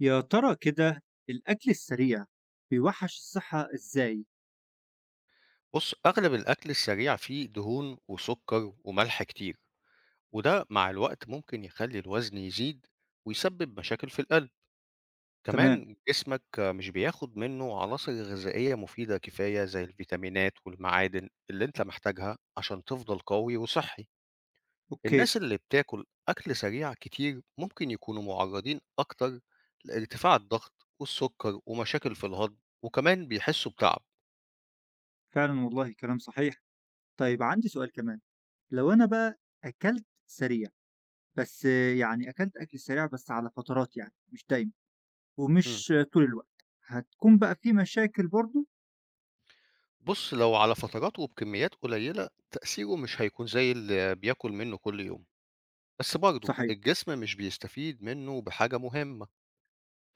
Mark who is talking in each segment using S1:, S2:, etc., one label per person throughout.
S1: يا ترى كده الأكل السريع بيوحش الصحة إزاي؟
S2: بُص، أغلب الأكل السريع فيه دهون وسكر وملح كتير، وده مع الوقت ممكن يخلي الوزن يزيد ويسبب مشاكل في القلب،
S1: تمام.
S2: كمان جسمك مش بياخد منه عناصر غذائية مفيدة كفاية زي الفيتامينات والمعادن اللي أنت محتاجها عشان تفضل قوي وصحي.
S1: أوكي.
S2: الناس اللي بتاكل أكل سريع كتير ممكن يكونوا معرضين أكتر لارتفاع الضغط والسكر ومشاكل في الهضم، وكمان بيحسوا بتعب.
S1: فعلا والله كلام صحيح. طيب عندي سؤال كمان، لو أنا بقى أكلت سريع بس يعني أكلت أكل سريع بس على فترات، يعني مش دايما
S2: إمم.
S1: ومش طول الوقت، هتكون بقى في مشاكل برضو؟
S2: بُص، لو على فترات وبكميات قليلة، تأثيره مش هيكون زي اللي بياكل منه كل يوم، بس برضه
S1: صحيح.
S2: الجسم مش بيستفيد منه بحاجة مهمة.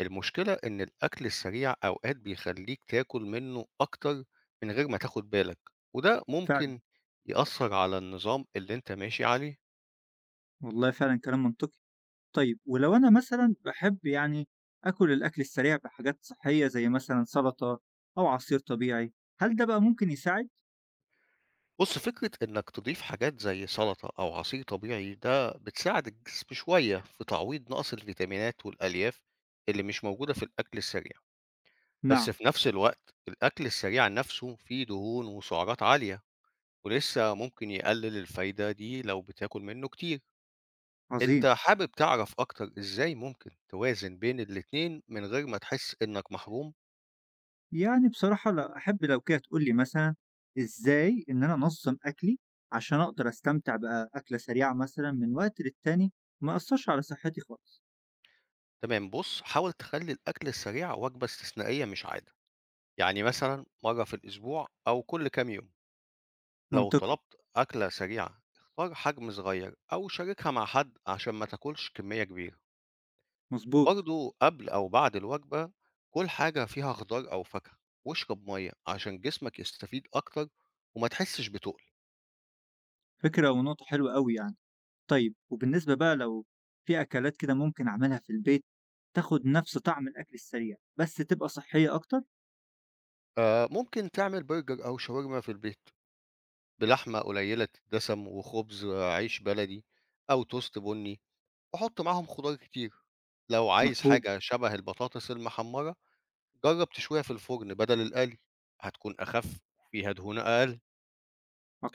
S2: المشكلة إن الأكل السريع أوقات بيخليك تاكل منه أكتر من غير ما تاخد بالك، وده
S1: فعلا
S2: ممكن يأثر على النظام اللي أنت ماشي عليه.
S1: والله، فعلا كلام منطقي. طيب ولو أنا مثلا بحب يعني أكل الأكل السريع بحاجات صحية زي مثلا سلطة أو عصير طبيعي، هل ده بقى ممكن يساعد؟
S2: بُص، فكرة إنك تضيف حاجات زي سلطة أو عصير طبيعي ده بتساعد الجسم شوية في تعويض نقص الفيتامينات والألياف اللي مش موجودة في الأكل السريع. بس
S1: نعم.
S2: في نفس الوقت الأكل السريع نفسه فيه دهون وسعرات عالية ولسه ممكن يقلل الفايدة دي لو بتاكل منه كتير. انت
S1: عظيم.
S2: حابب تعرف اكتر ازاي ممكن توازن بين الاتنين من غير ما تحس انك محروم؟
S1: يعني بصراحة لأ، أحب لو كده تقول لي مثلًا إزاي إن أنا أنظّم أكلي، عشان أقدر أستمتع بأكلة سريعة مثلًا من وقت للتاني، ما يأثّرش على صحتي خالص.
S2: تمام، بص حاول تخلي الاكل السريع وجبة استثنائية مش عادة، يعني مثلا مرة في الاسبوع او كل كام يوم. لو
S1: منطقي،
S2: طلبت اكلة سريعة اختار حجم صغير او شاركها مع حد عشان ما تاكلش كمية كبيرة.
S1: مضبوط،
S2: برضه قبل أو بعد الوجبة كل حاجة فيها خضار أو فاكهة، واشرب مية عشان جسمك يستفيد أكتر وما تحسش بتقل.
S1: فكرة ونقطة حلوة أوي يعني. طيب وبالنسبة بقى لو في أكلات كده ممكن أعملها في البيت، تاخد نفس طعم الأكل السريع، بس تبقى صحية أكتر؟
S2: ممكن تعمل برجر أو شاورما في البيت بلحمة قليلة الدسم وخبز عيش بلدي أو توست بني، وحط معاهم خضار كتير. لو عايز
S1: مفهوم،
S2: حاجة شبه البطاطس المحمرة جرب تشويها في الفرن بدل القلي، هتكون أخف وفيها دهون أقل.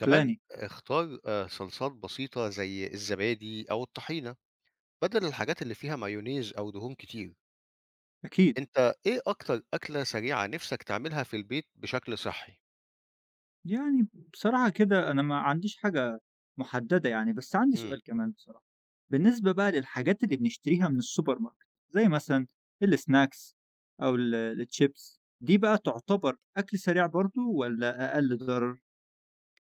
S2: كمان اختار صلصات بسيطة زي الزبادي أو الطحينة بدل الحاجات اللي فيها مايونيز أو دهون كتير.
S1: أكيد.
S2: أنت إيه أكتر أكلة سريعة نِفْسك تعملها في البيت بشكل صحّي؟
S1: يعني بصراحة كده أنا ما عنديش حاجة مُحددة يعني، بس عندي
S2: إمم.
S1: سؤال كمان بصراحة، بالنسبة بقى للحاجات اللي بنشتريها من السوبر ماركت، زي مثلًا الsnacks أو الchips دي بقى تعتبر أكل سريع برضه والّا أقل ضرر؟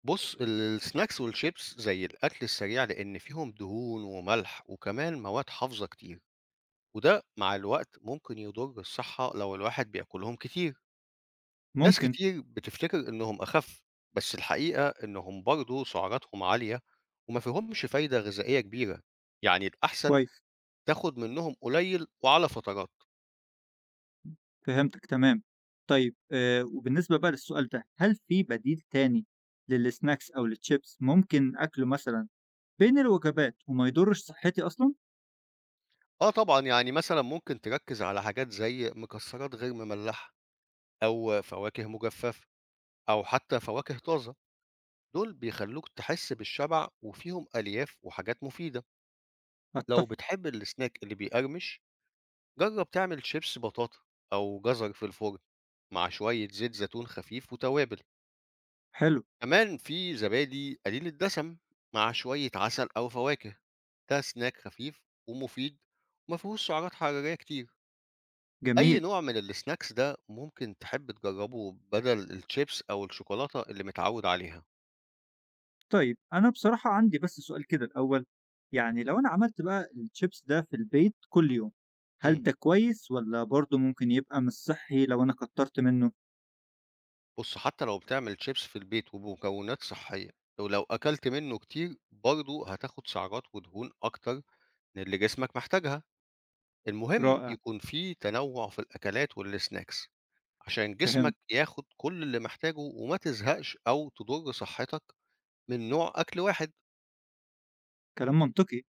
S2: بُص، الsnacks والchips زي الأكل السريع لإن فيهم دهون وملح وكمان مواد حافظة كتير، وده مع الوقت ممكن يضُر الصحّة لو الواحد بياكلهم كتير. ناس
S1: ممكن،
S2: كتير بتفتكر إنهم أخَف، بس الحقيقة إنهم برضه سعراتهم عالية وما فيهمش فايدة غذائية كبيرة، يعني الأحسن
S1: كويس،
S2: تاخُد منّهم قليل وعلى فترات.
S1: فهمتك تمام. طيب وبالنسبة بقى للسؤال ده، هل في بديل تاني للsnacks أو للchips ممكن أكله مثلًا بين الوجبات وما يضرش صحتي أصلًا؟
S2: آه طبعًا، يعني مثلًا ممكن تركّز على حاجات زي مكسرات غير مملحة أو فواكه مجففة أو حتى فواكه طازة، دول بيخلّوك تحس بالشبع وفيهم ألياف وحاجات مفيدة. لو
S1: أتفق،
S2: بتحب السناك اللي بيقرمش، جرّب تعمل شيبس بطاطا أو جزر في الفرن مع شوية زيت زيتون خفيف وتوابل.
S1: حلو،
S2: كمان في زبادي قليل الدسم مع شوية عسل أو فواكه، ده سناك خفيف ومفيد وما فيهوش سعرات حرارية كتير. أي
S1: جميل.
S2: نوع من السناكس ده ممكن تحب تجرّبه بدل الشيبس أو الشوكولاتة اللي متعوّد عليها؟
S1: طيب أنا بصراحة عندي بس سؤال كده الأول، يعني لو أنا عملت بقى الchips ده في البيت كل يوم،
S2: إمم.
S1: هل ده كويس والّا برضه ممكن يبقى مش صحّي لو أنا كتّرت منه؟
S2: بُص، حتى لو بتعمل شيبس في البيت وبمكونات صحّية، ولو أكلت منّه كتير برضه هتاخُد سعرات ودهون أكتر من اللي جسمك محتاجها. المهم
S1: رائع،
S2: يكون في تنوُّع في الأكلات والسناكس عشان
S1: فهمت،
S2: جسمك ياخُد كل اللي محتاجه وما تزهقش أو تضُر صحّتك من نوع أكل واحد.
S1: كلام منطقي.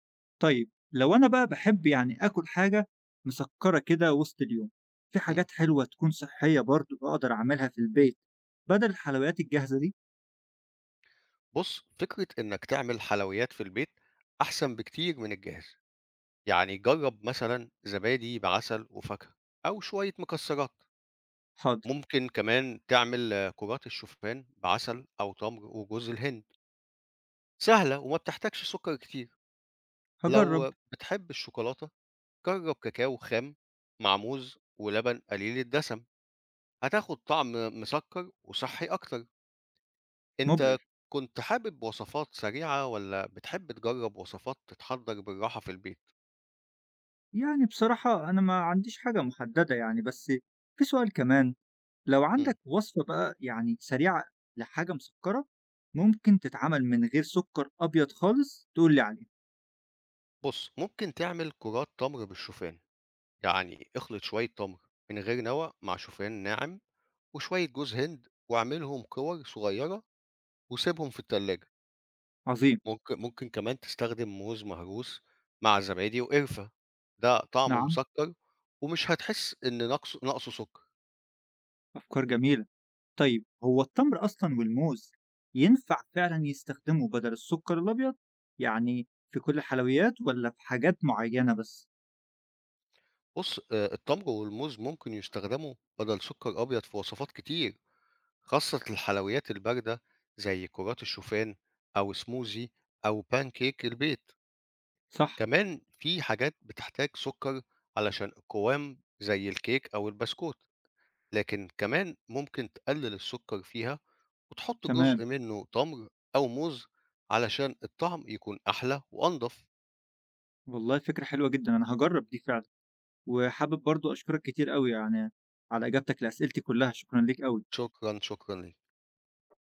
S1: طيب لو أنا بقى باحب يعني آكل حاجة مسكّرة كده وسط اليوم، في
S2: إمم.
S1: حاجات حلوة تكون صحّية برضه أقدر أعملها في البيت بدل الحلويات الجاهزة دي؟
S2: بُص، فكرة إنّك تعمل حلويات في البيت أحسن بكتير من الجاهز. يعني جرّب مثلًا زبادي بعسل وفاكهة أو شوية مكسّرات،
S1: حاضر،
S2: ممكن كمان تعمل كرات الشوفان بعسل أو تمر وجوز الهند، سهلة وما بتحتاجش سُكّر كتير.
S1: هاجرّب،
S2: لو بتحب الشوكولاتة، جرّب كاكاو خام مع موز ولبن قليل الدسم، هتاخد طعم مسكّر وصحّي أكتر. أنت
S1: مبهر.
S2: كنت حابب وصفات سريعة والّا بتحب تجرّب وصفات تتحضّر بالراحة في البيت؟
S1: يعني بصراحة أنا ما عنديش حاجة محددة يعني، بس في سؤال كمان، لو
S2: إمم،
S1: عندك وصفة بقى يعني سريعة لحاجة مسكّرة، ممكن تتعمل من غير سُكّر أبيض خالص تقول لي عليها،
S2: بُص، ممكن تعمل كرات تمر بالشوفان. يعني اخلط شوية تمر من غير نوى مع شوفان ناعم وشوية جوز هند، واعملهم كور صغيرة وسيبهم في التلاجة.
S1: عظيم،
S2: ممكن كمان تستخدم موز مهروس مع زبادي وقرفة، ده طعمه
S1: نعم،
S2: مسكر ومش هتحس إن نقصه سكر.
S1: أفكار جميلة. طيب هو التمر أصلًا والموز ينفع فعلًا يستخدموا بدل السُكّر الأبيض؟ يعني في كل الحلويات والّا في حاجات معيّنة بس؟
S2: بص التمر والموز ممكن يستخدموا بدل سكر أبيض في وصفات كتير، خاصة الحلويات الباردة زي كرات الشوفان أو سموزي أو بانكيك البيت.
S1: صح،
S2: كمان في حاجات بتحتاج سكر علشان القوام زي الكيك أو البسكوت، لكن كمان ممكن تقلل السكر فيها وتحط
S1: تمام،
S2: جزء منه تمر أو موز علشان الطعم يكون أحلى وأنضف.
S1: والله فكرة حلوة جدًا، أنا هاجرّب دي فعلًا، وحابب برضه أشكرك كتير أوي يعني على إجابتك لأسئلتي كلّها، شكرًا ليك أوي.
S2: شكرا شكرا ليك.